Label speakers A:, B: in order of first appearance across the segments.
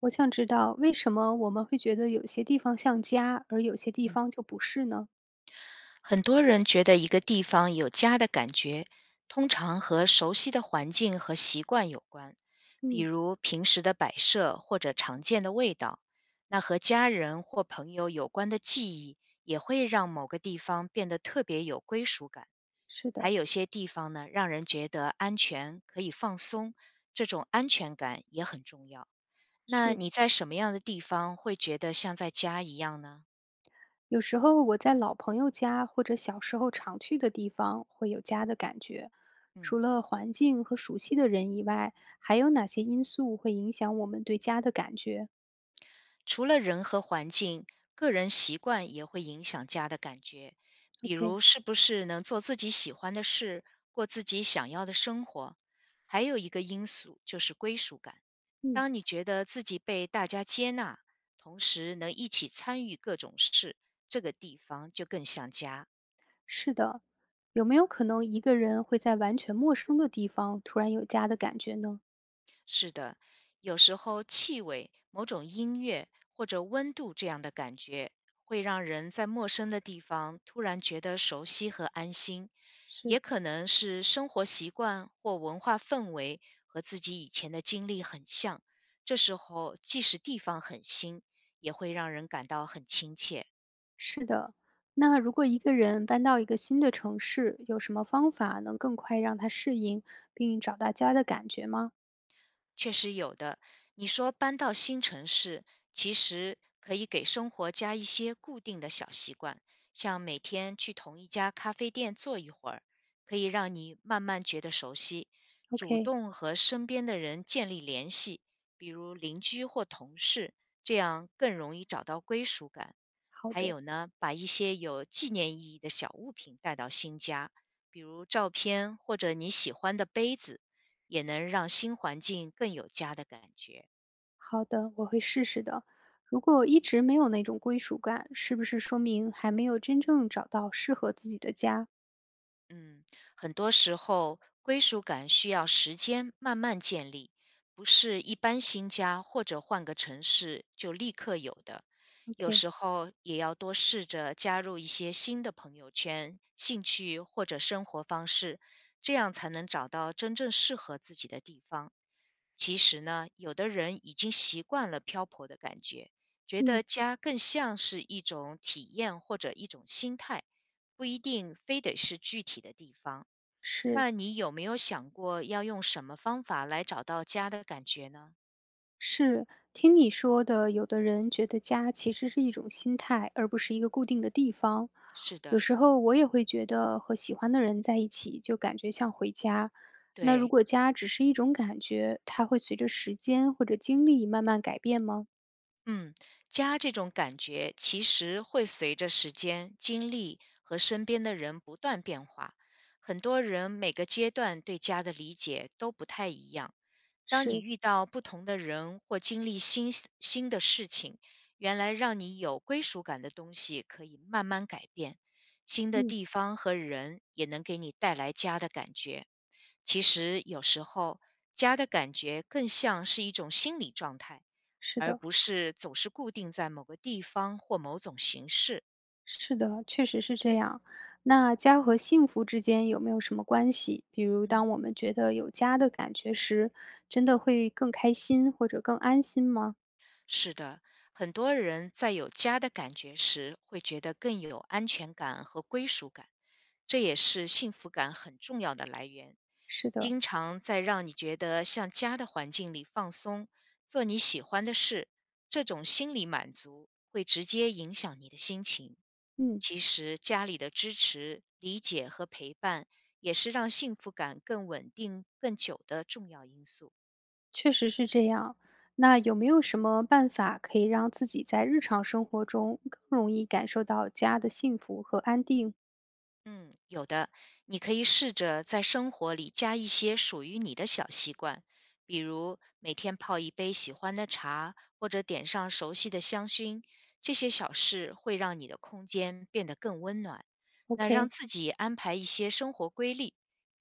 A: 我想知道为什么我们会觉得有些地方像家，而有些地
B: 嗯
A: 方就不是呢？
B: 很多人觉得一个地方有家的感觉，通常和熟悉的环境和习惯有关，比
A: 嗯，
B: 如平时的摆设或者常见的味道。那和家人或朋友有关的记忆，也会让某个地方变得特别有归属感。
A: 是
B: 还
A: 的，
B: 有些地方呢，让人觉得安全，可以放松，这种安全感也很重要。那
A: 是，
B: 你在什么样的地方会觉得像在家一样呢？
A: 有时候我在老朋友家或者小时候常去的地方会有家的感觉。
B: 嗯。
A: 除了环境和熟悉的人以外，还有哪些因素会影响我们对家的感觉
B: 除了人和环境，个人习惯也会影响家的感觉。比
A: ？OK，
B: 如，是不是能做自己喜欢的事，过自己想要的生活？还有一个因素就是归属感。
A: 嗯
B: 当你觉得自己被大家接纳，同时能一起参与各种事，这个地方就更像家。
A: 是的，有没有可能一个人会在完全陌生的地方突然有家的感觉呢？
B: 是的，有时候气味、某种音乐或者温度这样的感觉，会让人在陌生的地方突然觉得熟悉和安心，
A: 是。
B: 也可能是生活习惯或文化氛围和自己以前的经历很像。这时候，即使地方很新，也会让人感到很亲切。
A: 是的，那如果一个人搬到一个新的城市，有什么方法能更快让他适应，并找到家的感觉吗
B: 确实有的。你说搬到新城市，其实可以给生活加一些固定的小习惯，像每天去同一家咖啡店坐一会儿，可以让你慢慢觉得熟悉。主
A: ？OK，
B: 动和身边的人建立联系，比如邻居或同事，这样更容易找到归属感。
A: 好
B: 还
A: 的，
B: 有呢，把一些有纪念意义的小物品带到新家，比如照片或者你喜欢的杯子，也能让新环境更有家的感觉。
A: 好的，我会试试的。如果一直没有那种归属感，是不是说明还没有真正找到适合自己的家
B: 嗯，很多时候归属感需要时间慢慢建立，不是一般新家或者换个城市就立刻有的。有
A: ？OK，
B: 时候也要多试着加入一些新的朋友圈、兴趣或者生活方式，这样才能找到真正适合自己的地方。其实呢，有的人已经习惯了漂泊的感觉，觉
A: 嗯，
B: 得家更像是一种体验或者一种心态，不一定非得是具体的地方。
A: 是。
B: 那你有没有想过要用什么方法来找到家的感觉呢？
A: 是，听你说的，有的人觉得家其实是一种心态，而不是一个固定的地方。
B: 是
A: 有
B: 的，
A: 时候我也会觉得和喜欢的人在一起，就感觉像回家。那如
B: 对，
A: 果家只是一种感觉，它会随着时间或者经历慢慢改变吗？
B: 嗯，家这种感觉其实会随着时间、经历和身边的人不断变化。很多人每个阶段对家的理解都不太一样。当你
A: 是，
B: 遇到不同的人或经历新的事情，原来让你有归属感的东西可以慢慢改变。新的
A: 嗯，
B: 地方和人也能给你带来家的感觉。其实有时候，家的感觉更像是一种心理状态。
A: 是
B: 而
A: 的，
B: 不是总是固定在某个地方或某种形式。
A: 是的，确实是这样。那家和幸福之间有没有什么关系？比如，
B: 嗯。
A: 当我们觉得有家的感觉时，真的会更开心或者更安心吗？
B: 是的，很多人在有家的感觉时，会觉得更有安全感和归属感，这也是幸福感很重要的来源。
A: 是的。
B: 经常在让你觉得像家的环境里放松，做你喜欢的事，这种心理满足会直接影响你的心情。
A: 嗯，
B: 其实，家里的支持、理解和陪伴，也是让幸福感更稳定、更久的重要因素。
A: 确实是这样。那有没有什么办法可以让自己在日常生活中更容易感受到家的幸福和安定
B: 嗯，有的，你可以试着在生活里加一些属于你的小习惯，比如每天泡一杯喜欢的茶，或者点上熟悉的香薰。这些小事会让你的空间变得更温暖。那让
A: ？OK，
B: 自己安排一些生活规律，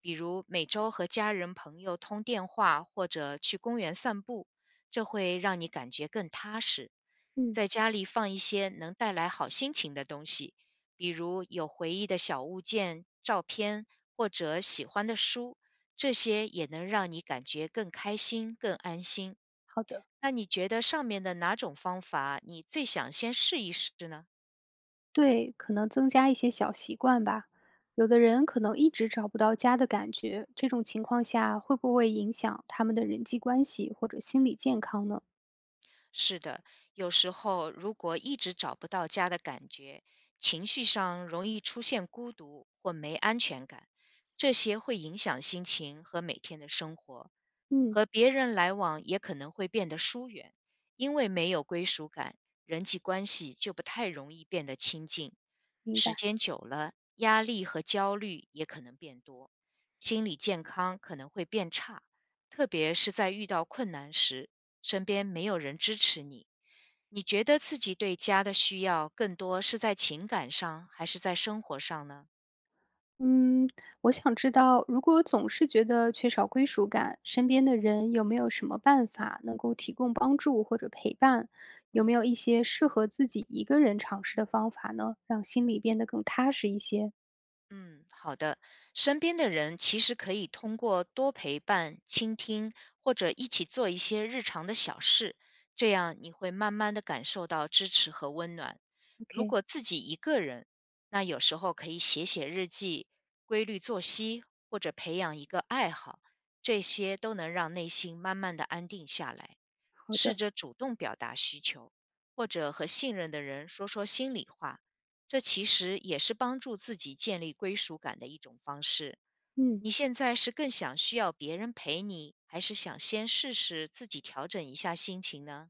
B: 比如每周和家人朋友通电话，或者去公园散步，这会让你感觉更踏实。
A: 嗯，
B: 在家里放一些能带来好心情的东西。比如有回忆的小物件、照片或者喜欢的书，这些也能让你感觉更开心、更安心。
A: 好的。
B: 那你觉得上面的哪种方法你最想先试一试呢？
A: 对，可能增加一些小习惯吧。有的人可能一直找不到家的感觉，这种情况下会不会影响他们的人际关系或者心理健康呢？
B: 是的，有时候如果一直找不到家的感觉，情绪上容易出现孤独或没安全感，这些会影响心情和每天的生活。
A: 嗯，
B: 和别人来往也可能会变得疏远，因为没有归属感，人际关系就不太容易变得亲近。
A: 明
B: 时
A: 白。
B: 间久了，压力和焦虑也可能变多，心理健康可能会变差，特别是在遇到困难时，身边没有人支持你。你觉得自己对家的需要更多是在情感上，还是在生活上呢？
A: 嗯，我想知道，如果总是觉得缺少归属感，身边的人有没有什么办法能够提供帮助或者陪伴？有没
B: 嗯。
A: 有一些适合自己一个人尝试的方法呢，让心里变得更踏实一些
B: 嗯，好的。身边的人其实可以通过多陪伴、倾听，或者一起做一些日常的小事，这样你会慢慢的感受到支持和温暖。如
A: ？OK，
B: 果自己一个人，那有时候可以写写日记、规律作息，或者培养一个爱好，这些都能让内心慢慢的安定下来。
A: 好
B: 试
A: 的，
B: 着主动表达需求，或者和信任的人说说心里话，这其实也是帮助自己建立归属感的一种方式。
A: 嗯，
B: 你现在是更想需要别人陪你，还是想先试试自己调整一下心情呢？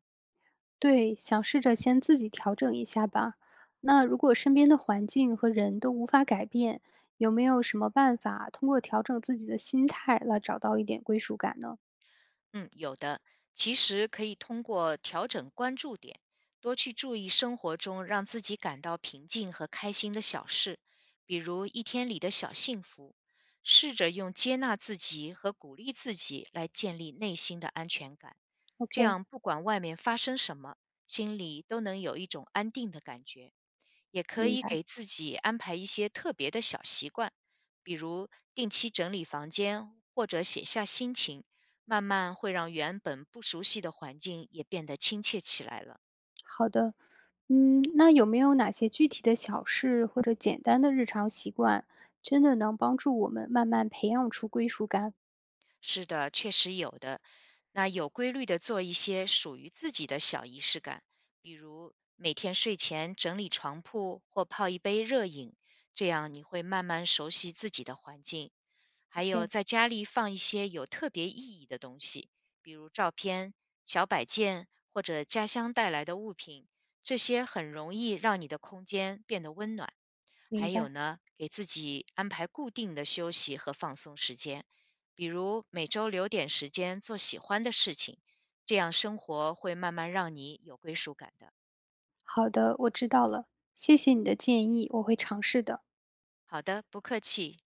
A: 对，想试着先自己调整一下吧。那如果身边的环境和人都无法改变，有没有什么办法通过调整自己的心态来找到一点归属感呢
B: 嗯，有的，其实可以通过调整关注点，多去注意生活中让自己感到平静和开心的小事，比如一天里的小幸福。试着用接纳自己和鼓励自己来建立内心的安全感，这
A: ？OK，
B: 样不管外面发生什么，心里都能有一种安定的感觉。也可
A: 明
B: 以
A: 白。
B: 给自己安排一些特别的小习惯，比如定期整理房间或者写下心情。慢慢会让原本不熟悉的环境也变得亲切起来了。
A: 好的，嗯，那有没有哪些具体的小事或者简单的日常习惯，真的能帮助我们慢慢培养出归属感
B: 是的，确实有的。那有规律的做一些属于自己的小仪式感，比如每天睡前整理床铺或泡一杯热饮，这样你会慢慢熟悉自己的环境。还有
A: ？OK，
B: 在家里放一些有特别意义的东西，比如照片、小摆件或者家乡带来的物品，这些很容易让你的空间变得温暖。
A: 明
B: 还有
A: 白。
B: 呢，给自己安排固定的休息和放松时间，比如每周留点时间做喜欢的事情，这样生活会慢慢让你有归属感的。
A: 好的，我知道了，谢谢你的建议，我会尝试的。
B: 好的，不客气。